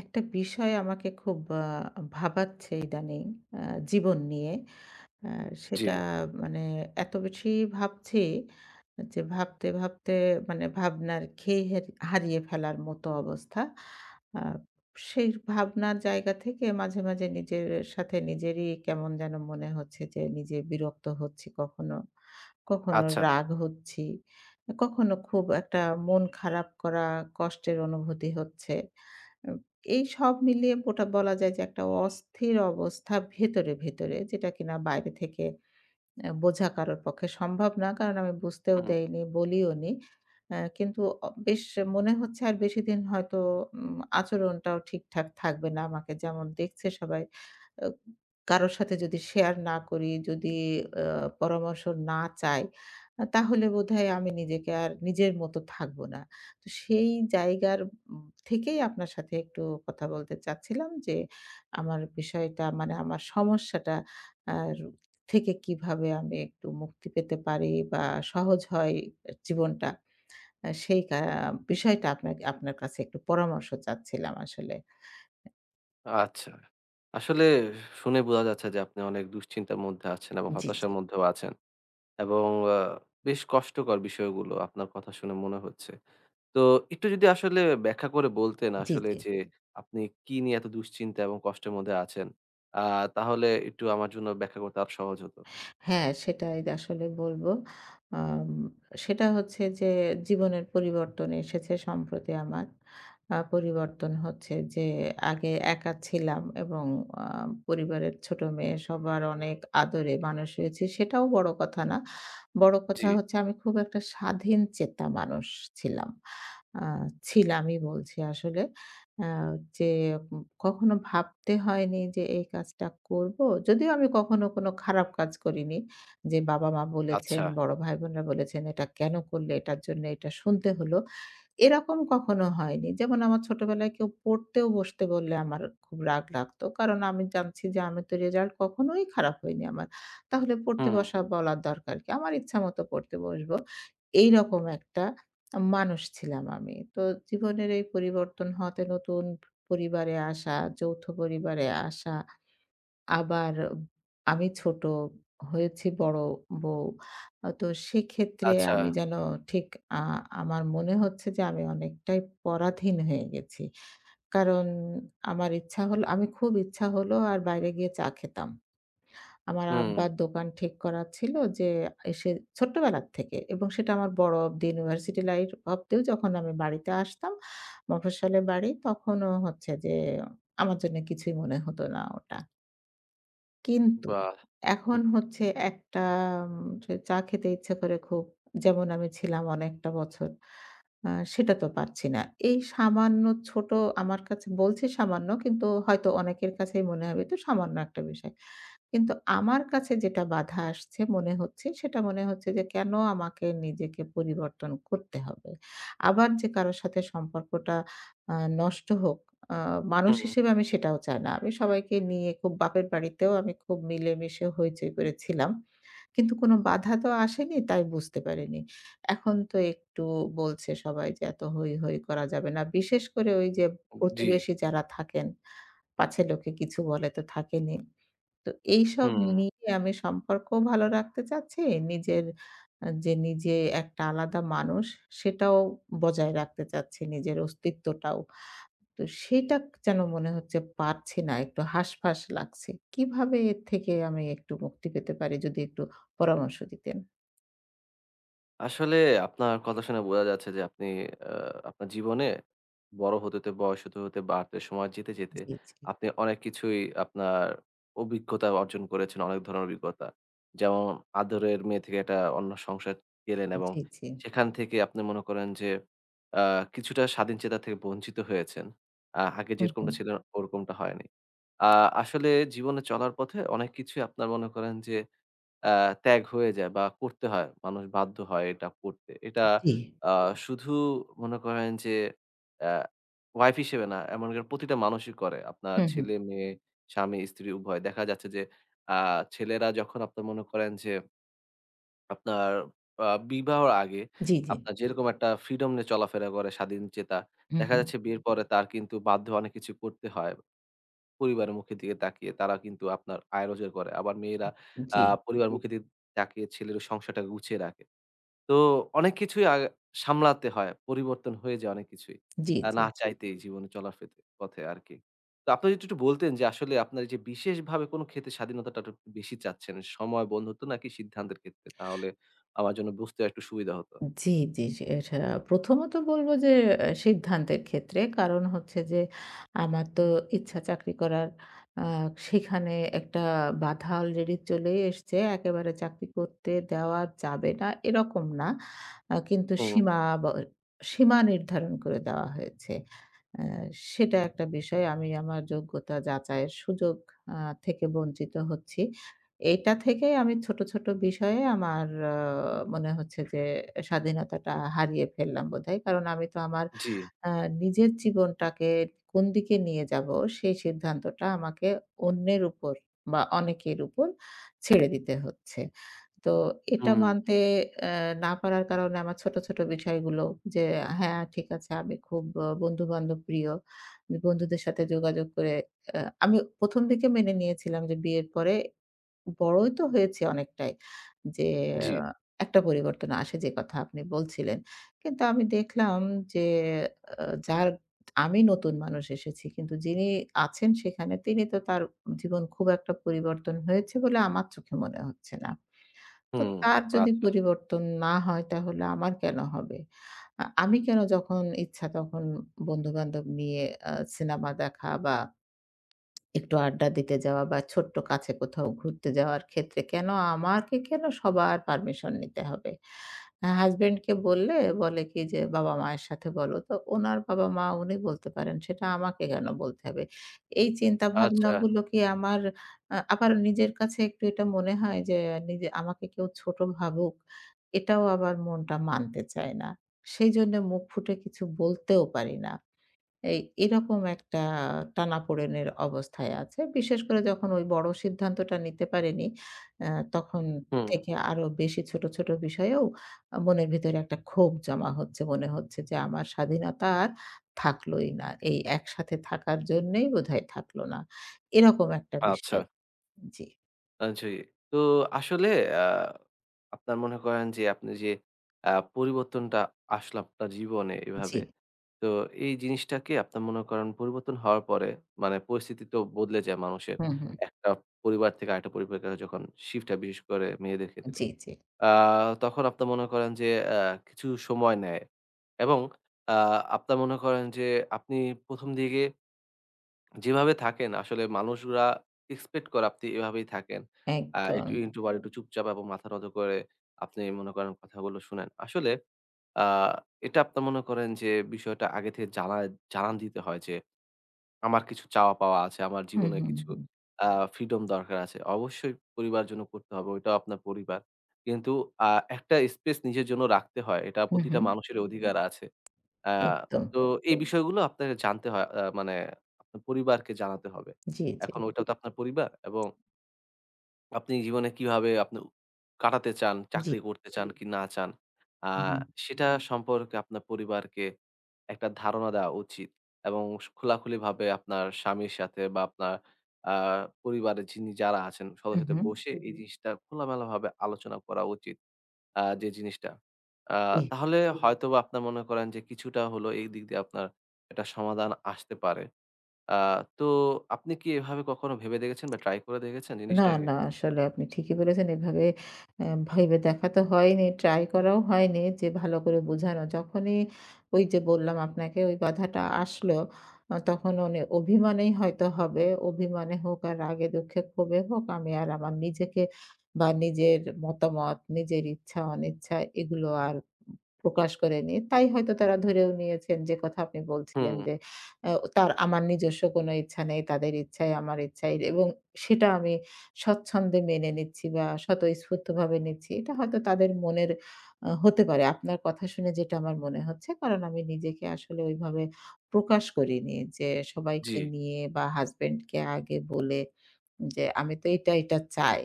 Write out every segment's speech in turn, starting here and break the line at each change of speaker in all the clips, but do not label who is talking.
একটা বিষয় আমাকে খুব ভাবাচ্ছে ইদানিং আ জীবন নিয়ে। আ
জি,
সেটা মানে এত বেশি ভাবছি যে ভাবতে ভাবনার খেই হের হারিয়ে ফেলার মতো অবস্থা। আ সেই ভাবনার জায়গা থেকে মাঝে নিজের সাথে নিজেরই কেমন যেন মনে হচ্ছে যে নিজে বিরক্ত হচ্ছি কখনো, কখনো
আচ্ছা।
রাগ হচ্ছি, কখনো খুব একটা মন খারাপ করা কষ্টের অনুভূতি হচ্ছে। আ এই সব মিলিয়ে ওটা বলা যায় যে একটা অস্থির অবস্থা ভেতরে যেটা কিনা বাইরে থেকে বোঝা কারোর পক্ষে সম্ভব না। কারণ আমি বুঝতেও
হুম,
দেইনি, বলিওনি। কিন্তু বেশ মনে হচ্ছে আর বেশিদিন হয়তো আচরণটাও ঠিকঠাক থাকবে না। আমাকে যেমন দেখছে সবাই, আ কারো সাথে যদি শেয়ার না করি, যদি আ পরামর্শ না চাই, তাহলে বোধহয় আমি নিজেকে আর নিজের মতো থাকবো না। তো সেই জায়গার থেকেই আপনার সাথে একটু কথা বলতে চাচ্ছিলাম যে, আমার বিষয়টা আমার সমস্যাটা আর থেকে কিভাবে আমি একটু মুক্তি পেতে পারি বা সহজ হয় জীবনটা। আ সেই কা বিষয়টা আপনার কাছে একটু পরামর্শ চাচ্ছিলাম আসলে।
আচ্ছা। আসলে শুনে বোঝা যাচ্ছে যে আপনি অনেক দুশ্চিন্তার মধ্যে আছেন এবং
জি, জি।
হতাশার মধ্যেও আছেন এবং আ বেশ কষ্টকর বিষয়গুলো আপনার কথা শুনে মনে হচ্ছে। তো একটু যদি আসলে ব্যাখ্যা করে বলতেন
জি,
আসলে
জি।
যে আপনি কি নিয়ে এত দুশ্চিন্তা এবং কষ্টের মধ্যে আছেন? আ তাহলে একটু আমার জন্য ব্যাখ্যা করতে আরো সহজ হতো।
হ্যাঁ, সেটাই আসলে বলব। আম সেটা হচ্ছে যে জীবনের পরিবর্তন এসেছে সম্প্রতি আমার। পরিবর্তন হচ্ছে যে আগে একা ছিলাম এবং আ পরিবারের ছোট মেয়ে সবার অনেক আদরে মানুষ হয়েছি। সেটাও বড় কথা না। বড়
জি,
কথা হচ্ছে আমি খুব একটা স্বাধীনচেতা মানুষ ছিলাম। আ ছিলামই বলছি আসলে। আ যে কখনো ভাবতে হয়নি যে এই কাজটা করব। যদিও আমি কখনো কোনো খারাপ কাজ করিনি। যে বাবা-মা বলেছেন,
আচ্ছা।
বড় ভাই-বোনরা বলেছেন, "এটা কেন করলে? এটার জন্য এটা শুনতে হলো।" এরকম কখনো হয়নি। যেমন আমার ছোটবেলায় কেউ পড়তেও বসতে বললে আমার খুব রাগ লাগতো। কারণ আমি জানছি যে আমি তো রেজাল্ট কখনোই খারাপ হয়নি আমার। তাহলে পড়তে
হুম,
বসা বলার দরকার কি? আমার ইচ্ছামত পড়তে বসবো। এইরকম একটা মানুষ ছিলাম আমি। তো জীবনের এই পরিবর্তন হওয়াতে নতুন পরিবারে আসা, যৌথ পরিবারে আসা, আবার আমি ছোট হয়েছি বড় বউ। তো সেক্ষেত্রে
আচ্ছা।
আমি যেন ঠিক আ আমার মনে হচ্ছে যে আমি অনেকটাই পরাধীন হয়ে গেছি। কারণ আমার ইচ্ছা হলো আমি খুব ইচ্ছা হলো আর বাইরে গিয়ে চা খেতাম। আমার
হুম,
আব্বার দোকান ঠিক করা ছিল যে এসে ছোট্টবেলার থেকে, এবং সেটা আমার বড় অব্দি ইউনিভার্সিটি লাইফ অব্দিও যখন আমি বাড়িতে আসতাম, মফস্বলে বাড়ি, তখনও হচ্ছে যে আমার জন্য কিছুই মনে হতো না ওটা। কিন্তু
বাহ!
এখন
হুম,
হচ্ছে একটা যে চা খেতে ইচ্ছে করে খুব। যেমন আমি ছিলাম অনেকটা বছর। আ সেটা তো পারছি না। এই সামান্য ছোট, আমার কাছে বলছি সামান্য কিন্তু হয়তো অনেকের কাছেই মনে হবে তো সামান্য একটা বিষয়। কিন্তু আমার কাছে যেটা বাধা আসছে মনে হচ্ছে, সেটা মনে হচ্ছে যে কেন আমাকে নিজেকে পরিবর্তন করতে হবে? আবার যে কারো সাথে সম্পর্কটা আ নষ্ট হোক, আ মানুষ
হুম,
হিসেবে আমি সেটাও চাই না। আমি সবাইকে নিয়ে খুব বাপের বাড়িতেও আমি খুব মিলেমিশে হইচই করেছিলাম। কিন্তু কোনো বাধা তো আসেনি তাই বুঝতে পারিনি। এখন তো একটু বলছে সবাই যে এত হৈ হৈ করা যাবে না। বিশেষ করে ওই যে
জি,
প্রতিবেশী যারা থাকেন, পাছে লোকে কিছু বলে তো থাকেনই। তো এইসব
হুম।
নিয়ে আমি সম্পর্কও ভালো রাখতে চাচ্ছি, নিজের যে নিজে একটা আলাদা মানুষ সেটাও বজায় রাখতে চাচ্ছি, নিজের অস্তিত্বটাও। তো সেটা যেন মনে হচ্ছে পারছি না, একটু হাসফাস লাগছে। কিভাবে এর থেকে আমি একটু মুক্তি পেতে পারি যদি একটু পরামর্শ দিতেন?
আসলে আপনার কথা শুনে বোঝা যাচ্ছে যে আপনি আ আপনার জীবনে বড় হতে, হতে, বয়স হতে, হতে, বাড়তে সময় যেতে, যেতে,
জি, জি,
আপনি অনেক কিছুই আপনার অভিজ্ঞতা অর্জন করেছেন, অনেক ধরনের অভিজ্ঞতা। যেমন আদরের মেয়ে থেকে একটা অন্য সংসার গেলেন এবং
জি, জি।
সেখান থেকে আপনি মনে করেন যে আ কিছুটা স্বাধীন চেতা থেকে বঞ্চিত হয়েছেন। আগে
হুম, হুম।
যেরকমটা ছিলেন ওরকমটা হয়নি। আ আসলে জীবনে চলার পথে অনেক কিছুই আপনার মনে করেন যে আ ত্যাগ হয়ে যায় বা করতে হয়। মানুষ বাধ্য হয় এটা করতে। এটা
জি।
আ শুধু মনে করেন যে অ্যা ওয়াইফ হিসেবে না, এমনকি প্রতিটা মানুষই করে। আপনার
হুম, হুম।
ছেলে-মেয়ে, স্বামী-স্ত্রী উভয়। দেখা যাচ্ছে যে আ ছেলেরা যখন আপনার মনে করেন যে আপনার বিবাহর আগে
জি, জি।
আপনার যেরকম একটা ফ্রিডম নিয়ে চলাফেরা করে স্বাধীনচেতা,
হুম,
দেখা
হুম।
যাচ্ছে বিয়ের পরে তার কিন্তু বাধ্য অনেক কিছু করতে হয়। পরিবারের মুখের দিকে তাকিয়ে তারা কিন্তু আপনার আয় রোজগার করে। আবার মেয়েরা আ
জি,
পরিবারের জি। মুখের দিকে তাকিয়ে ছেলের সংসারটা গুছিয়ে রাখে। তো অনেক কিছুই সামলাতে হয়। পরিবর্তন হয়ে যায় অনেক কিছুই।
জি, জি।
না জি। চাইতেই জীবনে চলার ফেতে পথে আরকি। তো আপনি যদি একটু বলতেন যে আসলে আপনার এইযে বিশেষভাবে কোনো ক্ষেত্রে স্বাধীনতাটা একটু বেশি চাচ্ছেন। সময়, বন্ধুত্ব নাকি সিদ্ধান্তের ক্ষেত্রে? তাহলে আমার জন্য বুঝতে একটু সুবিধা হতো।
জি, জি, জি। এটা প্রথমত বলব যে সিদ্ধান্তের ক্ষেত্রে। কারণ হচ্ছে যে আমার তো ইচ্ছা চাকরি করার, আ সেখানে একটা বাধা অলরেডি চলেই এসছে। একেবারে চাকরি করতে দেওয়া যাবে না এরকম না। কিন্তু
হুম,
সীমা নির্ধারণ করে দেওয়া হয়েছে। অ্যা সেটা একটা বিষয়। আমি আমার যোগ্যতা যাচাইয়ের সুযোগ আ থেকে বঞ্চিত হচ্ছি। এইটা থেকেই আমি ছোট ছোট বিষয়ে আমার মনে হচ্ছে যে স্বাধীনতাটা হারিয়ে ফেললাম বোধহয়। কারণ আমি তো আমার
জি,
আ নিজের জীবনটাকে কোন দিকে নিয়ে যাবো সেই সিদ্ধান্তটা আমাকে অন্যের উপর বা অনেকের উপর ছেড়ে দিতে হচ্ছে। তো এটা
হুম,
মানতে অ্যা না পারার কারণে আমার ছোট ছোট বিষয়গুলো যে হ্যাঁ, ঠিক আছে আমি খুব বন্ধু-বান্ধব প্রিয়। বন্ধুদের সাথে যোগাযোগ করে আমি ১ম দিকে মেনে নিয়েছিলাম যে বিয়ের পরে বড়ই তো হয়েছি অনেকটাই। যে
জি,
আহ, একটা পরিবর্তন আসে যে কথা আপনি বলছিলেন। কিন্তু আমি দেখলাম যে আ যার আমি নতুন মানুষ এসেছি। কিন্তু যিনি আছেন সেখানে তিনি তো তার জীবন খুব একটা পরিবর্তন হয়েছে বলে আমার চোখে মনে হচ্ছে না। তো
হুম,
তার যদি
আচ্ছা,
পরিবর্তন না হয় তাহলে আমার কেন হবে? আমি কেন যখন ইচ্ছা তখন বন্ধু-বান্ধব নিয়ে সিনেমা দেখা বা একটু আড্ডা দিতে যাওয়া বা ছোট্ট কাছে কোথাও ঘুরতে যাওয়ার ক্ষেত্রে কেন সবার পারমিশন নিতে হবে? হাসব্যান্ডকে বললে বলে কি যে, "বাবা-মায়ের সাথে বলো।" তো উনার বাবা-মা উনি বলতে পারেন, সেটা আমাকে কেন বলতে হবে? এই চিন্তা
আচ্ছা,
ভাবনাগুলো কি আমার আবার নিজের কাছে একটু এটা মনে হয় যে নিজে আমাকে কেউ ছোট ভাবুক, এটাও আবার মনটা মানতে চায় না। সেইজন্য মুখ ফুটে কিছু বলতেও পারি না। এই এরকম একটা টানাপোড়েনের অবস্থায় আছে। বিশেষ করে যখন ওই বড় সিদ্ধান্তটা নিতে পারেনি, আ তখন
হুম,
থেকে আরো বেশি ছোট ছোট বিষয়েও মনের ভিতরে একটা ক্ষোভ জমা হচ্ছে। মনে হচ্ছে যে আমার স্বাধীনতা আর থাকলোই না। এই একসাথে থাকার জন্যেই বোধহয় থাকলো না। এরকম একটা
আচ্ছা।
বিষয়। জি,
জি। তো আসলে আ আপনার মনে করেন যে আপনি যে আ পরিবর্তনটা আসলো আপনার জীবনে
জি।
এভাবে। তো এই জিনিসটাকে আপনার মনে করেন পরিবর্তন হওয়ার পরে মানে পরিস্থিতি তো বদলে যায় মানুষের।
হুম, হুম।
একটা পরিবার থেকে আরেকটা পরিবারে যখন শিফট হয় বিশেষ করে মেয়েদের ক্ষেত্রে।
জি, জি।
আ তখন আপনার মনে করেন যে আ কিছু সময় নেয় এবং আ আপনার মনে করেন যে আপনি ১ম দিকে যেভাবে থাকেন আসলে মানুষরা এক্সপেক্ট করে আপনি এভাবেই থাকেন।
একদম।
একটু introvert একটু চুপচাপ এবং মাথা নত করে আপনি মনে করেন কথাগুলো শুনেন। আসলে আ এটা আপনার মনে করেন যে বিষয়টা আগে থেকে জানা জানান দিতে হয় যে আমার কিছু চাওয়া পাওয়া আছে, আমার
হুম,
জীবনে
হুম,
কিছু
হুম।
আ ফ্রিডম দরকার আছে। অবশ্যই পরিবার জন্য করতে হবে, ওইটাও আপনার পরিবার। কিন্তু আ একটা স্পেস নিজের জন্য রাখতে হয়। এটা
হুম,
প্রতিটা
হুম।
মানুষের অধিকার আছে। আ
একদম।
তো এই বিষয়গুলো আপনাকে জানতে হয় মানে আপনার পরিবারকে জানাতে হবে।
জি, জি।
এখন ওইটাও তো আপনার পরিবার এবং আপনি জীবনে কিভাবে আপনি কাটাতে চান,
জি।
চাকরি করতে চান কি না চান, আ
হুম, হুম।
সেটা সম্পর্কে আপনার পরিবারকে একটা ধারণা দেওয়া উচিত এবং খোলাখুলিভাবে আপনার স্বামীর সাথে বা আপনার আ পরিবারের যিনি যারা আছেন সবার
হুম,
সাথে
হুম।
বসে এই জিনিসটা খোলামেলাভাবে আলোচনা করা উচিত। যে জিনিসটা। আ
জি।
তাহলে হয়তোবা আপনার মনে করেন যে কিছুটা হলো এই দিক দিয়ে আপনার একটা সমাধান আসতে পারে। আ তো আপনি কি এভাবে কখনো ভেবে দেখেছেন বা ট্রাই করে দেখেছেন
না,
জিনিসটাকে?
না, আসলে আপনি ঠিকই বলেছেন। এভাবে ভেবে দেখা তো হয়নি, ট্রাই করাও হয়নি যে ভালো করে বোঝানো। যখনই ওই যে বললাম আপনাকে ওই বাধাটা আসলো, তখন অভিমানেই হয়তো হবে। অভিমানে হোক আর রাগে দুঃখে ক্ষোভে হোক আমি আর আমার নিজেকে বা নিজের মতামত, নিজের ইচ্ছা অনিচ্ছা এগুলো আর প্রকাশ করেনি। তাই হয়তো তারা ধরেও নিয়েছেন, যে কথা আপনি বলছিলেন
হুম,
যে, তার আমার নিজস্ব কোনো ইচ্ছা নেই। তাদের ইচ্ছাই আমার ইচ্ছাই এবং সেটা আমি স্বচ্ছন্দে মেনে নিচ্ছি বা স্বতঃস্ফূর্তভাবে নিচ্ছি। এটা হয়তো তাদের মনের হতে পারে। আপনার কথা শুনে যেটা আমার মনে হচ্ছে। কারণ আমি নিজেকে আসলে ওইভাবে প্রকাশ করিনি যে
জি,
সবাইকে নিয়ে বা হাসব্যান্ডকে আগে বলে যে, "আমি তো এটা, এটা চাই।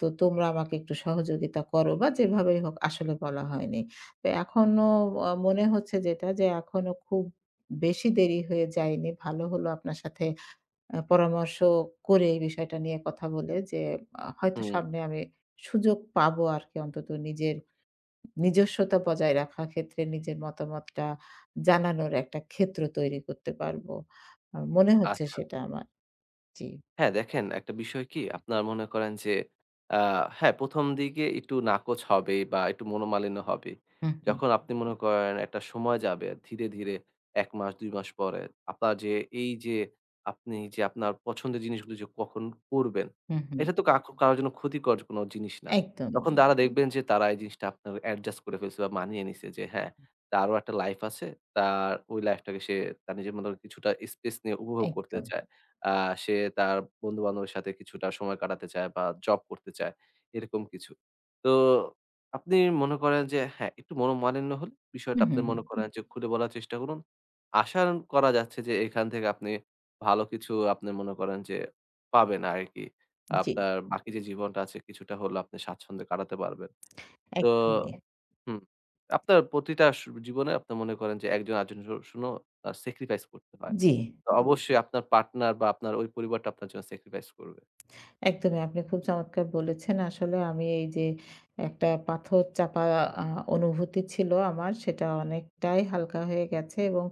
তো তোমরা আমাকে একটু সহযোগিতা করো" বা যেভাবেই হোক আসলে বলা হয়নি। তো এখনো মনে হচ্ছে যেটা যে এখনো খুব বেশি দেরি হয়ে যায়নি। ভালো হলো আপনার সাথে পরামর্শ করে এই বিষয়টা নিয়ে কথা বলে যে হয়তো
হুম,
সামনে আমি সুযোগ পাবো আরকি অন্তত নিজের নিজস্বতা বজায় রাখার ক্ষেত্রে নিজের মতামতটা জানানোর একটা ক্ষেত্র তৈরি করতে পারবো। মনে হচ্ছে
আচ্ছা।
সেটা আমার। জি।
হ্যাঁ, দেখেন একটা বিষয় কি আপনার মনে করেন যে আ হ্যাঁ, ১ম দিকে একটু নাকচ হবে বা একটু মনোমালিন্য হবে।
হুম, হুম,
যখন আপনি মনে করেন একটা সময় যাবে ধীরে, ধীরে ১ মাস ২ মাস পরে আপনার যে এই যে আপনি যে আপনার পছন্দের জিনিসগুলো যে কখন করবেন,
হুম, হুম।
এটা তো কারো জন্য ক্ষতিকর কোন জিনিস না।
একদমই,
তখন তারা দেখবেন যে তারা এই জিনিসটা আপনার অ্যাডজাস্ট করে ফেলছে বা মানিয়ে নিছে যে হ্যাঁ, তারও একটা লাইফ আছে। তার ওই লাইফটাকে সে তার নিজের মতো কিছুটা স্পেস নিয়ে উপভোগ করতে
একদম।
চায়। আ সে তার বন্ধু-বান্ধবের সাথে কিছুটা সময় কাটাতে চায় বা জব করতে চায়, এরকম কিছু। তো আপনি মনে করেন যে হ্যাঁ, একটু মনোমালিন্য হলে বিষয়টা
হুম,
আপনি
হুম, হুম।
মনে করেন যে খুলে বলার চেষ্টা করুন। আশা করা যাচ্ছে যে এখান থেকে আপনি ভালো কিছু আপনি মনে করেন যে পাবেন আরকি।
জি,
আপনার বাকি যে জীবনটা আছে কিছুটা হলেও আপনি স্বাচ্ছন্দ্যে কাটাতে পারবেন। তো
একদমই।
হুম, আপনার প্রতিটা জীবনে আপনি মনে করেন যে একজন আরেকজনের জন্য স্যাক্রিফাইস করতে হয়।
জি।
তো অবশ্যই আপনার পার্টনার বা আপনার ওই পরিবারটা আপনার জন্য স্যাক্রিফাইস করবে।
একদমই আপনি খুব চমৎকার বলেছেন। আসলে আমি এই যে একটা পাথর চাপা আ অনুভূতি ছিল আমার সেটা অনেকটাই হালকা হয়ে গেছে এবং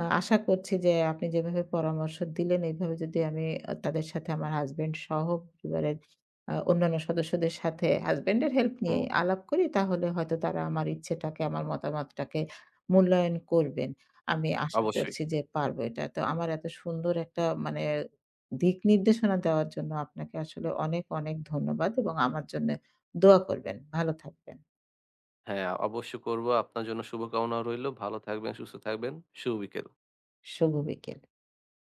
আশা করছি যে আপনি যেভাবে পরামর্শ দিলেন এইভাবে যদি আমি তাদের সাথে আমার হাসব্যান্ড সহ পরিবারের অন্যান্য সদস্যদের সাথে হাসব্যান্ডের হেল্প নিয়ে
হুম,
আলাপ করি তাহলে হয়তো তারা আমার ইচ্ছেটাকে, আমার মতামতটাকে মূল্যায়ন করবেন। আমি আশা
অবশ্যই।
করছি যে পারব এটা। তো আমার এত সুন্দর একটা মানে দিক নির্দেশনা দেওয়ার জন্য আপনাকে আসলে অনেক, অনেক ধন্যবাদ এবং আমার জন্য দোয়া করবেন। ভালো থাকবেন।
হ্যাঁ, অবশ্যই করব। আপনার জন্য শুভকামনা রইলো। ভালো থাকবেন, সুস্থ থাকবেন। শুভ বিকেল।
শুভ বিকেল।